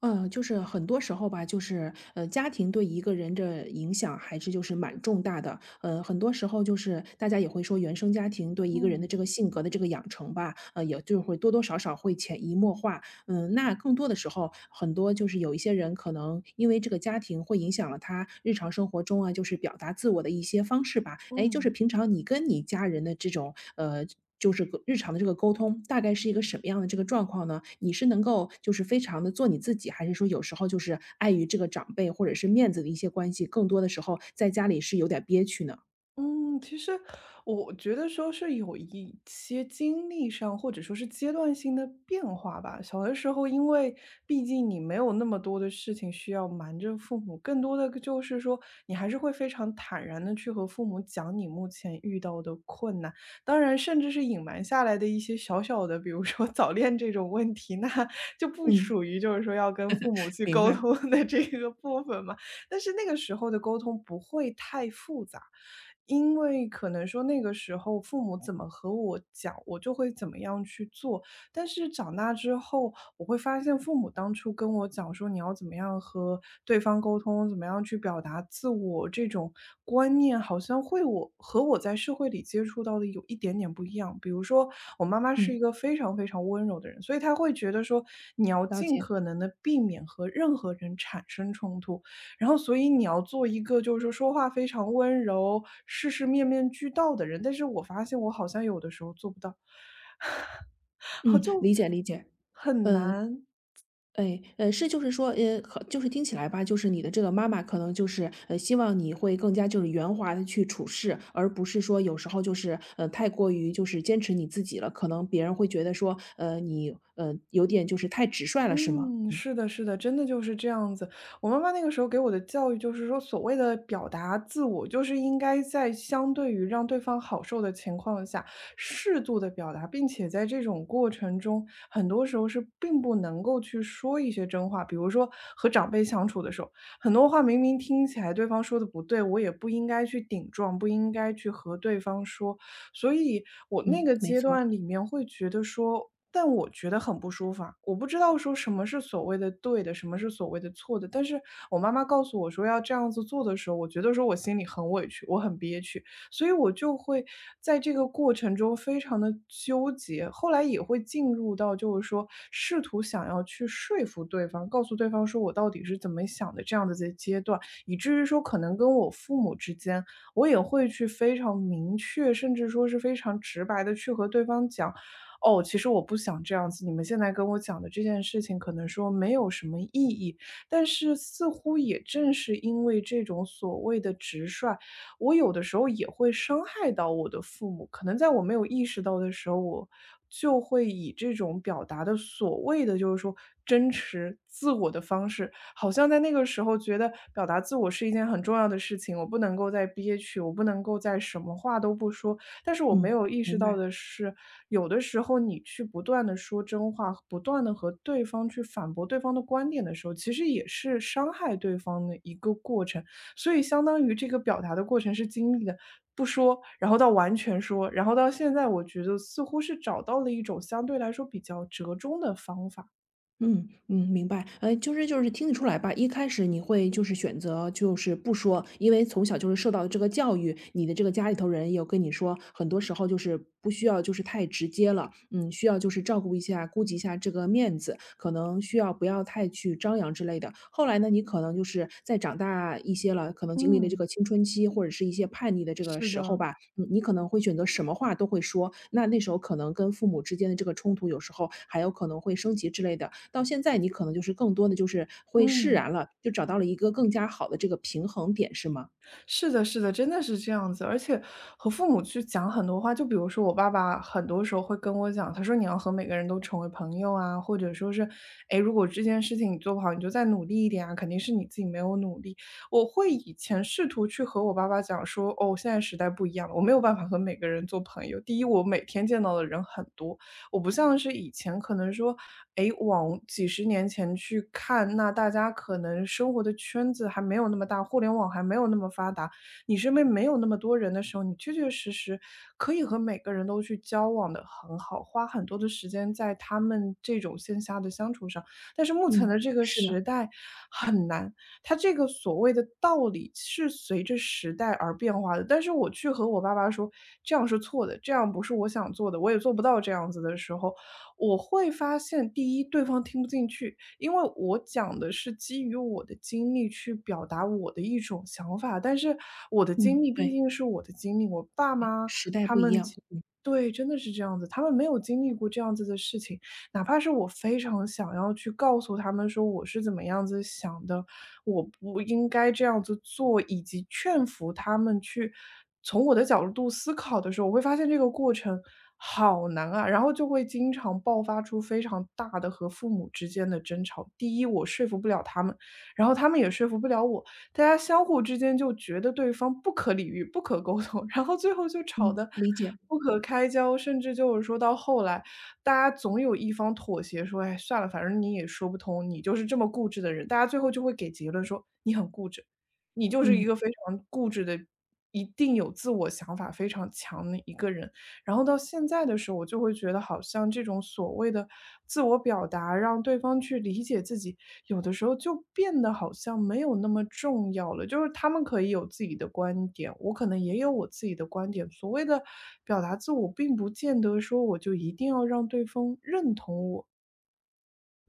嗯，就是很多时候吧，家庭对一个人的影响还是就是蛮重大的。很多时候就是大家也会说，原生家庭对一个人的嗯这个性格的这个养成吧，也就会多多少少会潜移默化，嗯，那更多的时候，很多就是有一些人可能因为这个家庭会影响了他日常生活中啊，就是表达自我的一些方式吧。哎，就是嗯，平常你跟你家人的这种,就是个日常的这个沟通，大概是一个什么样的这个状况呢？你是能够就是非常的做你自己，还是说有时候就是碍于这个长辈或者是面子的一些关系，更多的时候在家里是有点憋屈呢？嗯，其实我觉得说是有一些经历上，或者说是阶段性的变化吧。小的时候，因为毕竟你没有那么多的事情需要瞒着父母，更多的就是说，你还是会非常坦然的去和父母讲你目前遇到的困难。当然，甚至是隐瞒下来的一些小小的，比如说早恋这种问题，那 就不嗯，属于就是说要跟父母去明沟白。通的这个部分嘛。但是那个时候的沟通不会太复杂。因为可能说那个时候父母怎么和我讲，我就会怎么样去做。但是长大之后，我会发现父母当初跟我讲说你要怎么样和对方沟通，怎么样去表达自我这种观念，好像会我和我在社会里接触到的有一点点不一样。比如说，我妈妈是嗯，一个非常非常温柔的人，所以她会觉得说你要了尽解。可能的避免和任何人产生冲突。然后所以你要做一个就是说说话非常温柔、事事面面俱到的人，但是我发现我好像有的时候做不到，好嗯，就理解理解。很嗯，难。哎，是就是说，可就是听起来吧，就是你的这个妈妈可能就是，希望你会更加就是圆滑的去处事，而不是说有时候就是，太过于就是坚持你自己了，可能别人会觉得说，你，有点就是太直率了，是吗？嗯，嗯。是的，是的，真的就是这样子。我妈妈那个时候给我的教育就是说，所谓的表达自我，就是应该在相对于让对方好受的情况下，适度的表达，并且在这种过程中，很多时候是并不能够去说一些真话。比如说和长辈相处的时候，很多话明明听起来对方说的不对，我也不应该去顶撞，不应该去和对方说。所以我那嗯，个没阶错。段里面会觉得说，但我觉得很不舒服啊，我不知道说什么是所谓的对的，什么是所谓的错的。但是我妈妈告诉我说要这样子做的时候，我觉得说我心里很委屈，我很憋屈，所以我就会在这个过程中非常的纠结。后来也会进入到就是说试图想要去说服对方，告诉对方说我到底是怎么想的这样的阶段，以至于说可能跟我父母之间我也会去非常明确，甚至说是非常直白的去和对方讲："哦，其实我不想这样子，你们现在跟我讲的这件事情可能说没有什么意义。"但是似乎也正是因为这种所谓的直率，我有的时候也会伤害到我的父母。可能在我没有意识到的时候，我就会以这种表达的所谓的就是说真实自我的方式好像在那个时候觉得表达自我是一件很重要的事情，我不能够再憋屈，我不能够再什么话都不说。但是我没嗯，有意识明到白。的是，有的时候你去不断的说真话，不断的和对方去反驳对方的观点的时候，其实也是伤害对方的一个过程。所以相当于这个表达的过程是经历的不说，然后到完全说，然后到现在我觉得似乎是找到了一种相对来说比较折中的方法。嗯嗯，明白。就是听得出来吧，一开始你会就是选择就是不说，因为从小就是受到这个教育，你的这个家里头人也有跟你说，很多时候就是不需要就是太直接了，嗯，需要就是照顾一下，顾及一下这个面子，可能需要不要太去张扬之类的。后来呢，你可能就是在长大一些了，可能经历了这嗯，个青春期或者是一些叛逆的这个是时候的，吧，嗯，你可能会选择什么话都会说，那那时候可能跟父母之间的这个冲突，有时候还有可能会升级之类的。到现在你可能就是更多的就是会释嗯。然了，就找到了一个更加好的这个平衡点，是吗？是的，是的，真的是这样子。而且和父母去讲很多话，就比如说我爸爸很多时候会跟我讲，他说你要和每个人都成为朋友啊，或者说是，哎，如果这件事情你做不好，你就再努力一点啊，肯定是你自己没有努力。我会以前试图去和我爸爸讲说，哦，现在时代不一样了，我没有办法和每个人做朋友。第一，我每天见到的人很多；我不像是以前可能说，诶，往几十年前去看，那大家可能生活的圈子还没有那么大，互联网还没有那么发达，你身边没有那么多人的时候，你确确实实可以和每个人都去交往的很好，花很多的时间在他们这种线下的相处上。但是目前嗯，的这个是的。时代很难，它这个所谓的道理是随着时代而变化的。但是我去和我爸爸说这样是错的，这样不是我想做的，我也做不到这样子的时候，我会发现，第一，对方听不进去，因为我讲的是基于我的经历去表达我的一种想法，但是我的经嗯，历毕对，竟是我的经历，我爸妈时代不一样。嗯对，真的是这样子，他们没有经历过这样子的事情，哪怕是我非常想要去告诉他们说我是怎么样子想的，我不应该这样子做，以及劝服他们去从我的角度思考的时候，我会发现这个过程好难啊，然后就会经常爆发出非常大的和父母之间的争吵。第一，我说服不了他们，然后他们也说服不了我。大家相互之间就觉得对方不可理喻、不可沟通，然后最后就吵嗯，得理解。不可开交，甚至就是说到后来，大家总有一方妥协说："哎，算了，反正你也说不通，你就是这么固执的人。"大家最后就会给结论说："你很固执，你就是嗯。一个非常固执的，一定有自我想法非常强的一个人。"然后到现在的时候，我就会觉得好像这种所谓的自我表达，让对方去理解自己，有的时候就变得好像没有那么重要了。就是他们可以有自己的观点，我可能也有我自己的观点。所谓的表达自我，并不见得说我就一定要让对方认同我。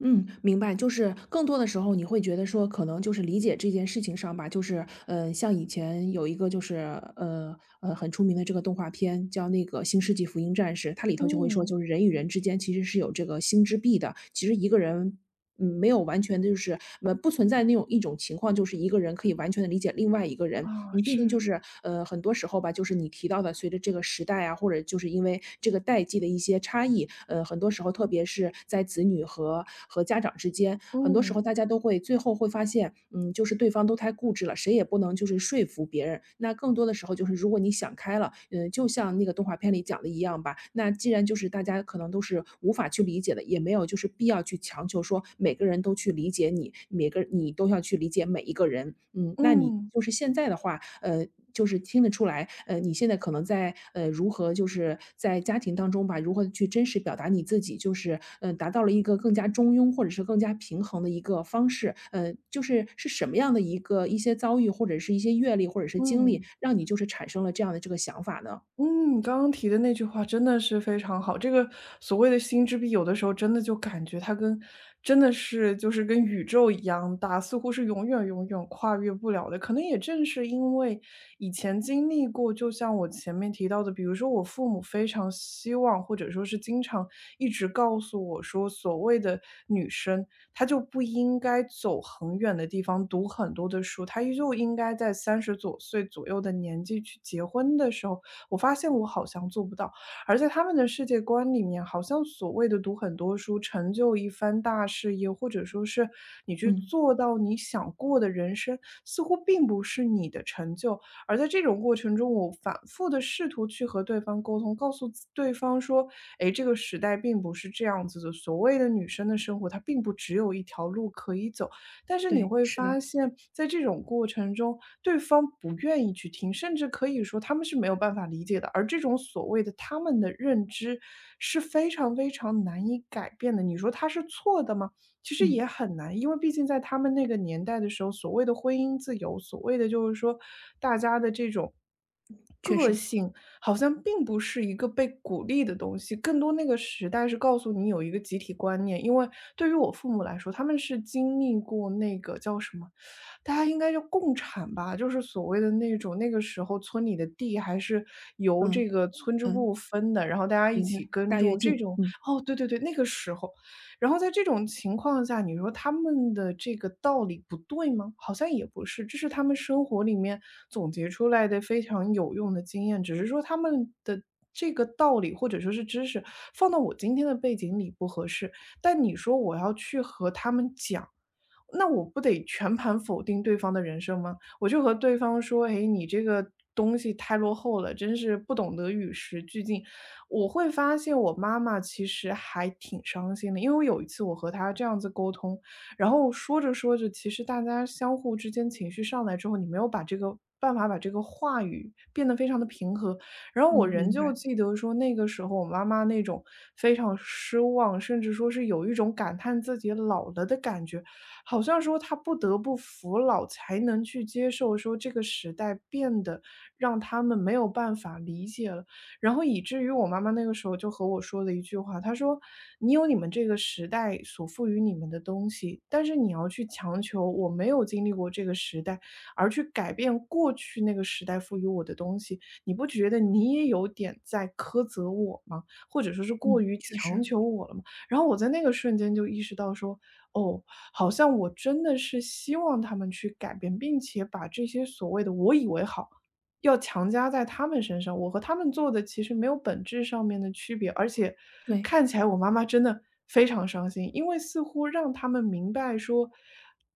嗯，明白。就是更多的时候，你会觉得说，可能就是理解这件事情上吧，就是，像以前有一个就是，呃很出名的这个动画片，叫那个《新世纪福音战士》，它里头就会说，嗯，就是人与人之间其实是有这个心之壁的。其实一个人嗯，没有完全的不存在那种一种情况，就是一个人可以完全的理解另外一个人。啊，嗯，毕竟就是，是，很多时候吧，就是你提到的，随着这个时代啊，或者就是因为这个代际的一些差异，很多时候特别是在子女和家长之间，很多时候嗯，大家都会最后会发现，嗯，就是对方都太固执了，谁也不能就是说服别人。那更多的时候就是如果你想开了，嗯，就像那个动画片里讲的一样吧，那既然就是大家可能都是无法去理解的，也没有就是必要去强求说每个人都去理解你，每个你都要去理解每一个人。嗯，那你嗯，就是现在的话，就是听得出来，你现在可能在如何就是在家庭当中吧，如何去真实表达你自己，就是达到了一个更加中庸或者是更加平衡的一个方式。就是是什么样的一个一些遭遇或者是一些阅历或者是经历，嗯。让你就是产生了这样的这个想法呢？嗯，你刚刚提的那句话真的是非常好。这个所谓的心之壁，有的时候真的就感觉它跟真的是就是跟宇宙一样大，似乎是永远永远跨越不了的。可能也正是因为以前经历过，就像我前面提到的，比如说我父母非常希望，或者说是经常一直告诉我说，所谓的女生，她就不应该走很远的地方读很多的书，她就应该在三十岁左右的年纪去结婚的时候。我发现我好像做不到。而在他们的世界观里面，好像所谓的读很多书、成就一番大事业，或者说是你去嗯，做到你想过的人生，似乎并不是你的成就。而在这种过程中，我反复的试图去和对方沟通，告诉对方说："诶，这个时代并不是这样子的，所谓的女生的生活，它并不只有一条路可以走。"但是你对，会是的。发现在这种过程中，对方不愿意去听，甚至可以说他们是没有办法理解的。而这种所谓的他们的认知是非常非常难以改变的。你说他是错的吗？其实也嗯，很难，因为毕竟在他们那个年代的时候，所谓的婚姻自由，所谓的就是说大家的这种。确实。性好像并不是一个被鼓励的东西，更多那个时代是告诉你有一个集体观念。因为对于我父母来说，他们是经历过那个叫什么，大家应该叫共产吧，就是所谓的那种那个时候村里的地还是由嗯。这个村支嗯，部分的，然后大家一明白。起耕大跃种这进。种。嗯。哦，对对对，那个时候然后在这种情况下，你说他们的这个道理不对吗？好像也不是，这是他们生活里面总结出来的非常有用的经验，只是说他们的这个道理或者说是知识放到我今天的背景里不合适。但你说我要去和他们讲，那我不得全盘否定对方的人生吗？我就和对方说："哎，你这个东西太落后了，真是不懂得与时俱进。"我会发现我妈妈其实还挺伤心的，因为我有一次我和她这样子沟通，然后说着说着，其实大家相互之间情绪上来之后，你没有把这个办法把这个话语变得非常的平和。然后我嗯，仍明旧白。记得说那个时候我妈妈那种非常失望，甚至说是有一种感叹自己老了的感觉，好像说她不得不服老才能去接受说这个时代变得让他们没有办法理解了。然后以至于我妈妈那个时候就和我说了一句话，她说："你有你们这个时代所赋予你们的东西，但是你要去强求我没有经历过这个时代，而去改变过去那个时代赋予我的东西，你不觉得你也有点在苛责我吗？或者说是过嗯，于确强实。求我了吗？"然后我在那个瞬间就意识到说，哦，好像我真的是希望他们去改变，并且把这些所谓的我以为好，要强加在他们身上，我和他们做的其实没有本质上面的区别，而且对。看起来我妈妈真的非常伤心，因为似乎让他们明白说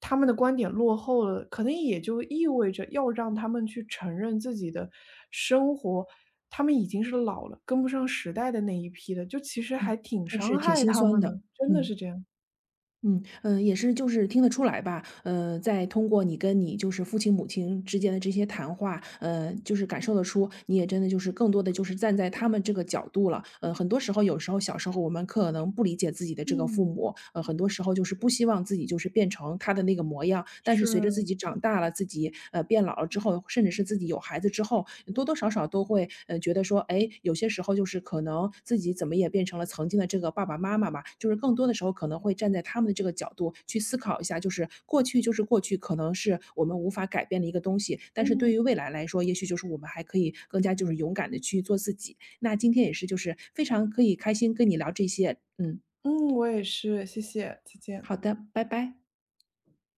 他们的观点落后了，可能也就意味着要让他们去承认自己的生活，他们已经是老了，跟不上时代的那一批了，就其实嗯，还挺真是伤挺害心他酸们的，的。真的嗯。是这样。嗯。嗯，也是，就是听得出来吧，在通过你跟你就是父亲母亲之间的这些谈话，就是感受得出，你也真的就是更多的就是站在他们这个角度了，很多时候有时候小时候我们可能不理解自己的这个父嗯，母，很多时候就是不希望自己就是变成他的那个模样，但是随着自是，己长大了，自己变老了之后，甚至是自己有孩子之后，多多少少都会，嗯，觉得说，哎，有些时候就是可能自己怎么也变成了曾经的这个爸爸妈妈嘛，就是更多的时候可能会站在他们的这个角度去思考一下，就是过去就是过去，可能是我们无法改变的一个东西，但是对嗯，于未来来说，也许就是我们还可以更加就是勇敢的去做自己。那今天也是就是非常可以开心跟你聊这些。嗯，嗯，我也是，谢谢，再见。好的，拜拜。